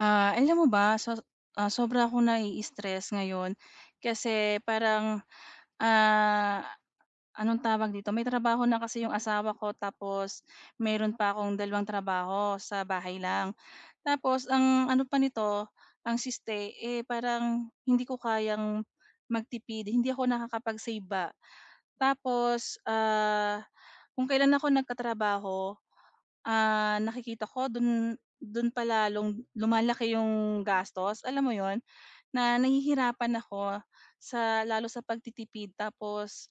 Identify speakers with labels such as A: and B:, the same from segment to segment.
A: Alam mo ba, so sobra akong nai-stress ngayon kasi parang, ah, anong tawag dito, may trabaho na kasi yung asawa ko tapos meron pa akong dalawang trabaho sa bahay lang. Tapos ang ano pa nito, ang siste, eh, parang hindi ko kayang magtipid, hindi ako nakakapag-save ba. Tapos, kung kailan ako nagkatrabaho. Nakikita ko dun dun pa lalong lumalaki yung gastos, alam mo yon, na nahihirapan ako sa lalo sa pagtitipid. Tapos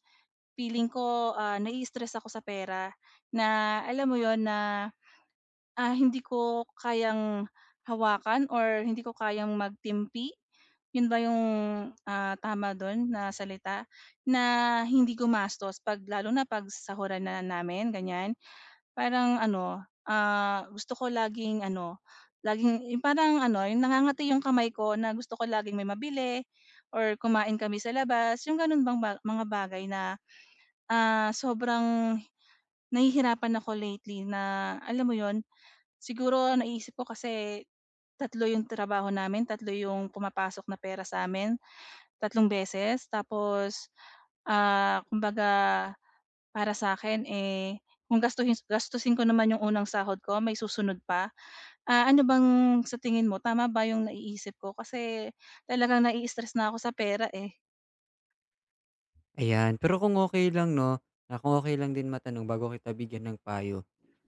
A: feeling ko, nai-stress ako sa pera, na alam mo yon na, hindi ko kayang hawakan or hindi ko kayang magtimpi. Yun ba yung, tama dun na salita? Na hindi gumastos 'pag lalo na 'pag sahuran na namin, ganyan. Parang ano, gusto ko laging ano, laging yung parang ano, yung nangangati yung kamay ko na gusto ko laging may mabili or kumain kami sa labas, yung gano'n ba mga bagay na, sobrang nahihirapan ako lately, na alam mo yon. Siguro naisip ko kasi tatlo yung trabaho namin, tatlo yung pumapasok na pera sa amin, tatlong beses. Tapos, kumbaga para sa'kin, eh, kung gastusin ko naman yung unang sahod ko, may susunod pa. Ano bang sa tingin mo tama ba yung naiisip ko? Kasi talagang nai-stress na ako sa pera, eh.
B: Ayan, pero kung okay lang 'no, na kung okay lang din matanong bago kita bigyan ng payo,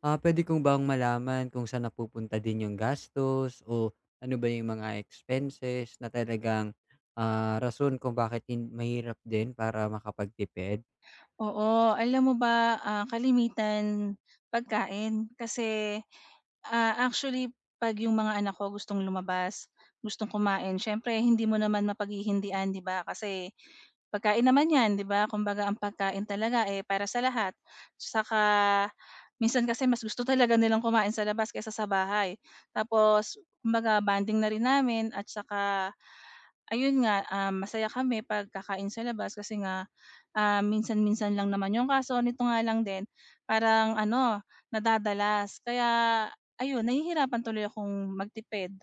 B: puwede ko bang malaman kung saan napupunta din yung gastos o ano ba yung mga expenses na talagang, rason kung bakit hin mahirap din para makapagtipid?
A: Oo, alam mo ba, kalimitan pagkain. Kasi, actually 'pag yung mga anak ko gustong lumabas, gustong kumain, siyempre hindi mo naman mapaghihindian, 'di ba? Kasi pagkain naman 'yan, 'di ba? Kumbaga ang pagkain talaga, eh, para sa lahat. Saka minsan kasi mas gusto talaga nilang kumain sa labas kaysa sa bahay. Tapos kumbaga bonding na rin namin, at saka ayun nga, masaya kami 'pag kakain sa labas kasi nga, minsan-minsan lang naman yung kaso. Nito nga lang din parang ano, nadadalas. Kaya ayun, nahihirapan tuloy akong magtipid.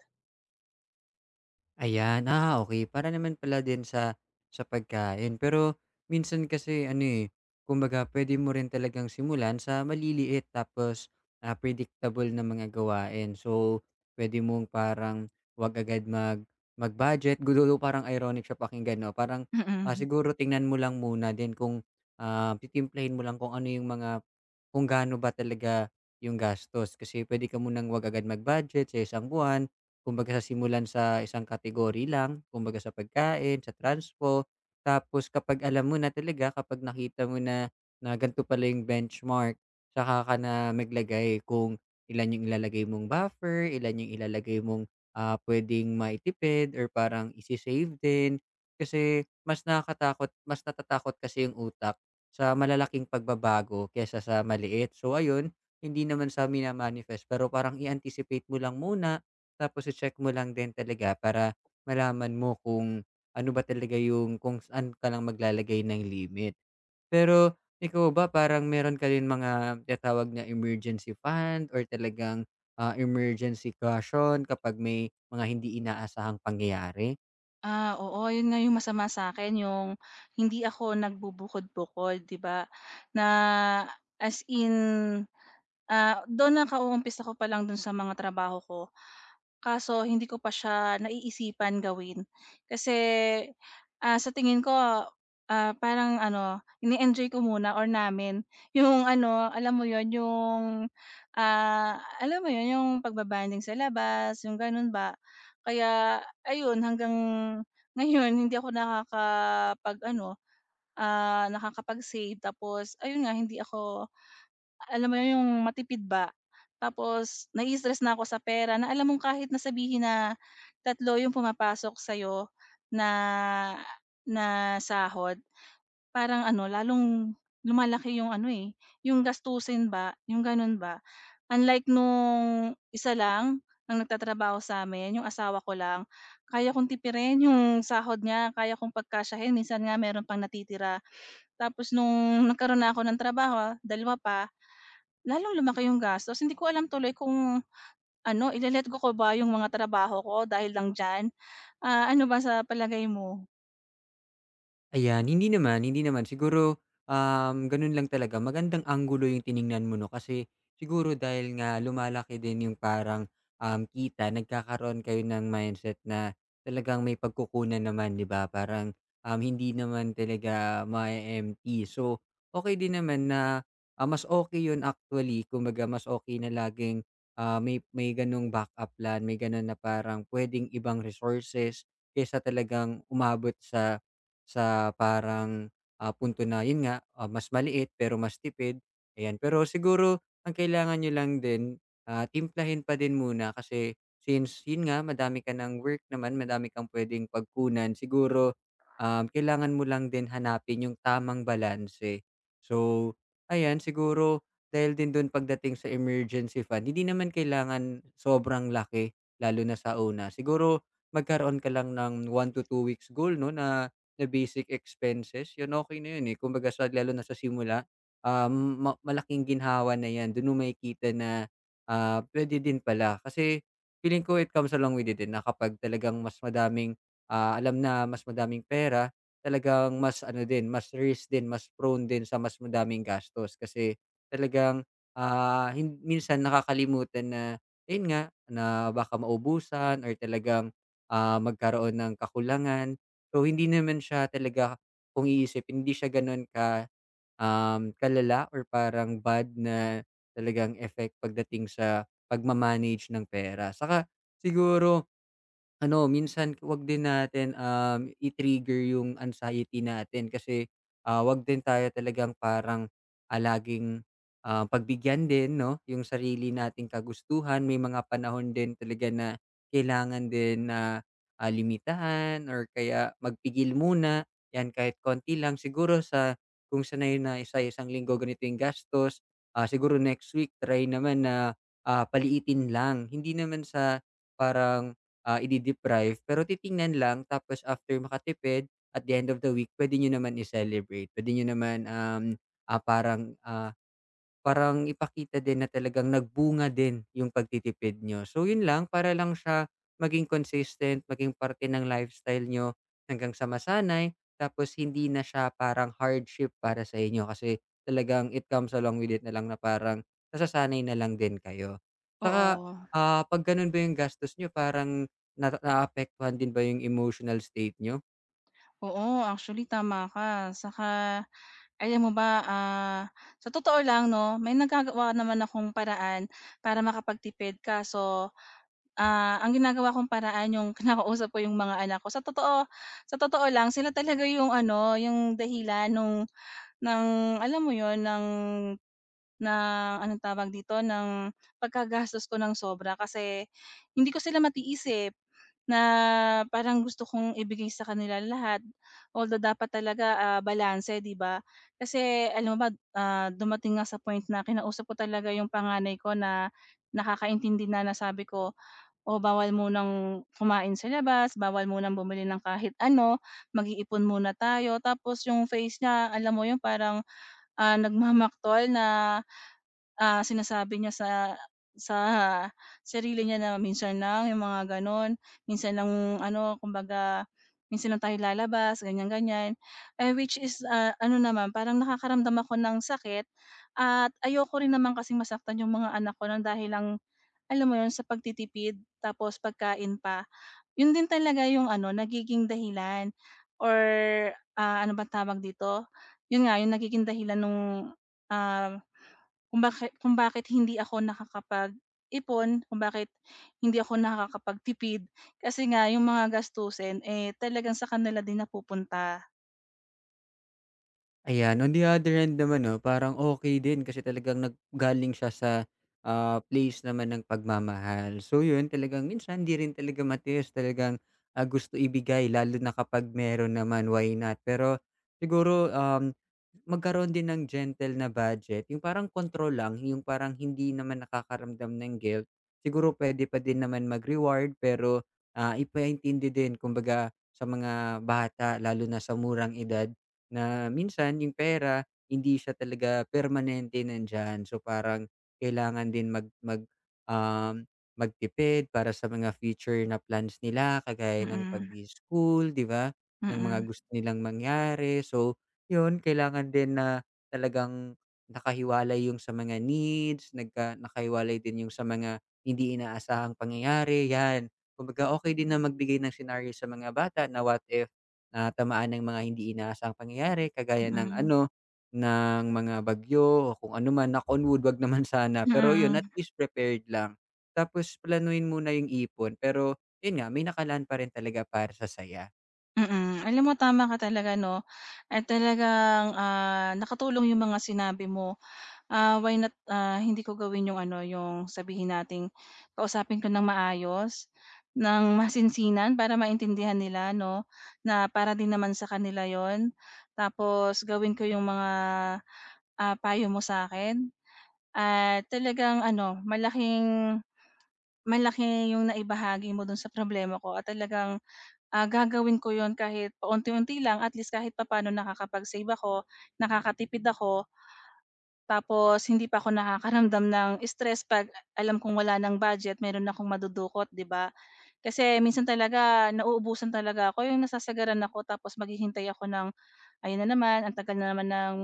B: Ayan, okay. Para naman pala din sa pagkain. Pero minsan kasi ano, eh, kumbaga puwede mo rin talagang simulan sa maliliit tapos, predictable na mga gawain. So, puwede mong parang 'wag agad mag-budget, though parang ironic siya pakinggan 'no. Parang,
A: Mm.
B: siguro tingnan mo lang muna din kung, titimplahin mo lang kung ano yung mga kung gaano ba talaga yung gastos. Kasi puwede ka munang 'wag agad mag-budget sa isang buwan. Kumbaga sa simulan sa isang category lang, kumbaga sa pagkain, sa transpo, tapos kapag alam mo na talaga, kapag nakita mo na na ganito pala yung benchmark, saka ka na maglagay kung ilan yung ilalagay mong buffer, ilan yung ilalagay mong pwedeng maitipid or parang isi-save din. Kasi mas nakakatakot, mas natatakot kasi yung utak sa malalaking pagbabago kesa sa maliit. So ayun, hindi naman sa amin na manifest pero parang i-anticipate mo lang muna tapos i-check mo lang din talaga para malaman mo kung ano ba talaga yung kung saan ka lang maglalagay ng limit. Pero ikaw ba parang meron ka din mga tatawag na emergency fund or talagang, emergency caution kapag may mga hindi inaasahang pangyayari?
A: Oo, yun nga yung masama sa akin, yung hindi ako nagbubukod-bukod, 'di ba? Na as in, dun nakauumpisa ko pa lang dun sa mga trabaho ko, kaso hindi ko pa siya naiisipan gawin. Kasi, sa tingin ko, parang ano, ini enjoy ko muna or namin yung ano, alam mo yon yung, alam mo yon yung, pagbabanding sa labas, yung gano'n ba. Kaya ayun, hanggang ngayon hindi ako nakakapag-ano, nakakapag-save. Tapos ayun nga, hindi ako alam mo yun, yung matipid ba. Tapos nai-stress na ako sa pera, na alam mong kahit na sabihin na tatlo yung pumapasok sa'yo na na sahod, parang ano, lalong lumalaki yung ano, eh, yung gastusin ba, yung gano'n ba. Unlike nung isa lang ang nagtatrabaho sa'min, yung asawa ko lang, kaya kong tipirin yung sahod niya, kaya kong pagkasyahin, minsan nga meron pang natitira. Tapos nung nagkaroon na ako ng trabaho, dalawa pa, lalong lumaki yung gastos. Hindi ko alam tuloy kung ano, ile-let go ko ba yung mga trabaho ko dahil lang diyan? Ano ba sa palagay mo?
B: Ayan, hindi naman, hindi naman. Siguro, ganun lang talaga. Magandang anggulo yung tiningnan mo, no? Kasi siguro dahil nga lumalaki din yung parang kita, nagkakaroon kayo ng mindset na talagang may pagkukunan naman, di ba? Parang hindi naman talaga ma-empty. So, okay din naman na mas okay yun actually. Kumbaga, mas okay na laging may, may ganung backup plan, may ganun na parang pwedeng ibang resources kaysa talagang umabot sa parang, punto na yun nga, mas maliit pero mas tipid, ayan. Pero siguro ang kailangan niyo lang din, timplahin pa din muna kasi since yun nga madami ka ng work naman, madami kang puwedeng pagkunan, siguro, kailangan mo lang din hanapin yung tamang balanse. So, ayan siguro dahil din dun pagdating sa emergency fund, hindi naman kailangan sobrang laki lalo na sa una. Siguro magkaroon ka lang ng 1 to 2 weeks goal 'no na na basic expenses, yun okey na yun, eh. Kumbaga sa lalo na sa simula, malaking ginhawa na yan. Dun mo makikita na, puwede din pala. Kasi feeling ko it comes along with it din na kapag talagang mas madaming, alam na mas madaming pera, talagang mas ano din, mas risk din, mas prone din sa mas madaming gastos. Kasi talagang, ah, hin minsan nakakalimutan na ayun nga, na baka maubusan or talagang, magkaroon ng kakulangan. So, hindi naman siya talaga kung iisipin hindi siya gano'n ka, kalala or parang bad na talagang effect pagdating sa ng pera. Saka siguro ano, minsan 'wag din natin, i-trigger yung anxiety natin kasi, 'wag din tayo talagang parang, laging, pagbigyan din 'no, yung sarili nating kagustuhan. May mga panahon din talaga na kailangan din na, limitahan or kaya magpigil muna, 'yan kahit konti lang. Siguro sa kung sanay na sa isang linggo ganito yung gastos, siguro next week try naman na, paliitin lang. Hindi naman sa parang ide-deprive pero titingnan lang tapos after makatipid at the end of the week pwede nyo naman i-celebrate. Pwede nyo naman, um, ah, parang, ah parang ipakita din na talagang nagbunga din yung pagtitipid niyo. So yun lang, para lang siya maging consistent, maging parte ng lifestyle niyo hanggang sa masanay, tapos hindi na siya parang hardship para sa inyo kasi talagang it comes along with it na lang na parang nasasanay na lang din kayo. Saka,
A: Oo.
B: 'pag ganun ba yung gastos niyo parang na naapektuhan din ba yung emotional state niyo?
A: Oo, actually tama ka. Saka alam mo ba, sa totoo lang 'no, may nagagawa naman akong paraan para makapagtipid. Kaso, ang ginagawa kong paraan yung kinakausap ko yung mga anak ko. Sa totoo lang sila talaga yung ano, yung dahilan nung ng alam mo yon ng anong tawag dito, ng pagkagastos ko ng sobra, kasi hindi ko sila matiis, eh, na parang gusto kong ibigay sa kanila lahat. Although dapat talaga, balanse 'di ba? Kasi alam mo ba, dumating nga sa point na kinausap ko talaga yung panganay ko na nakakaintindi na, na sabi ko, o bawal mo munang kumain sa labas, bawal mo munang bumili ng kahit ano, mag-iipon muna tayo." Tapos yung face niya, alam mo yung parang, nagmamaktol. Na sinasabi niya sa sarili niya na minsan lang yung mga gano'n, minsan lang ano, kumbaga, minsan lang tayo lalabas, ganyan-ganyan. Eh, which is, ano naman, parang nakakaramdam ako ng sakit, at ayoko rin naman kasing masaktan yung mga anak ko ng dahil lang alam mo yun sa pagtitipid, tapos pagkain pa. Yun din talaga yung ano, nagiging dahilan or, ano bang tawag dito? Yun nga yung nagiging dahilan nung, ah, kung bakit hindi ako nakakapag-ipon, kung bakit hindi ako nakakapagtipid, kasi nga yung mga gastusin, eh, talagang sa kanila din napupunta.
B: Ayan, on the other hand naman 'no, parang okay din kasi talagang nag galing siya sa, place naman ng pagmamahal. So yun, talagang minsan hindi rin talaga matiis, talagang, gusto ibigay lalo na kapag meron naman, why not? Pero siguro, magkaroon din ng gentle na budget, yung parang control lang, yung parang hindi naman nakakaramdam ng guilt. Siguro pwede pa din naman mag-reward pero, ipaintindi din kumbaga sa mga bata lalo na sa murang edad. Na minsan yung pera hindi siya talaga permanente nandyan. So parang kailangan din mag mag, um, magtipid para sa mga future na plans nila kagaya ng pag
A: Mm,
B: school, 'di ba? Ng mga
A: mm,
B: gusto nilang mangyari. So yun, kailangan din na talagang nakahiwalay yung sa mga needs, nakahiwalay din yung sa mga hindi inaasahang pangyayari, yan. Kumbaga okey din na magbigay ng senaryo sa mga bata na what if natamaan ng mga hindi inaasang pangyayari kagaya ng
A: mm,
B: ano, ng mga bagyo o kung ano man. Knock on wood, 'wag naman sana. Pero yun, at
A: mm,
B: least prepared lang. Tapos planuhin muna yung ipon pero yun nga, may nakalaan pa rin talaga para sa saya.
A: mm. Alam mo tama ka talaga 'no, at talagang, nakatulong yung mga sinabi mo. Why not, hindi ko gawin yung ano, yung sabihin nating kausapin ko ng maayos, ng masinsinan para maintindihan nila 'no, na para din naman sa kanila yon. Tapos gawin ko yung mga, payo mo sa akin, at talagang ano, malaki yung naibahagi mo dun sa problema ko, at talagang, gagawin ko yon kahit paunti-unti lang, at least kahit papaano nakakapag-save ako, nakakatipid ako. Tapos hindi pa ako nakakaramdam ng stress 'pag alam kong wala ng budget, meron akong madudukot, 'di ba? Kasi minsan talaga nauubusan talaga ako, yung nasasagaran ako, tapos maghihintay ako ng, ayun na naman, ang tagal na naman ng,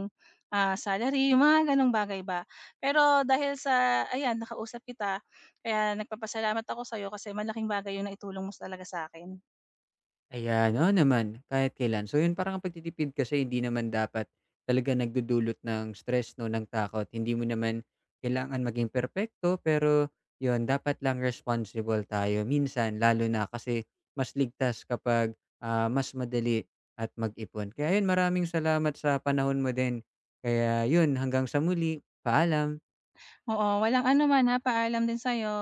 A: salary, yung mga gano'ng bagay ba. Pero dahil sa ayan, nakausap kita, kaya nagpapasalamat ako sa'yo kasi malaking bagay yung naitulong mo talaga sa akin.
B: Ayan, oo naman, kahit kailan. So yun parang ang pagtitipid kasi hindi naman dapat talaga nagdudulot ng stress 'no, ng takot. Hindi mo naman kailangan maging perpekto, pero yun dapat lang responsible tayo minsan lalo na kasi mas ligtas kapag, mas madali at mag-ipon. Kaya yun, maraming salamat sa panahon mo din. Kaya yun, hanggang sa muli, paalam.
A: Oo, walang anuman ha, paalam din sa'yo.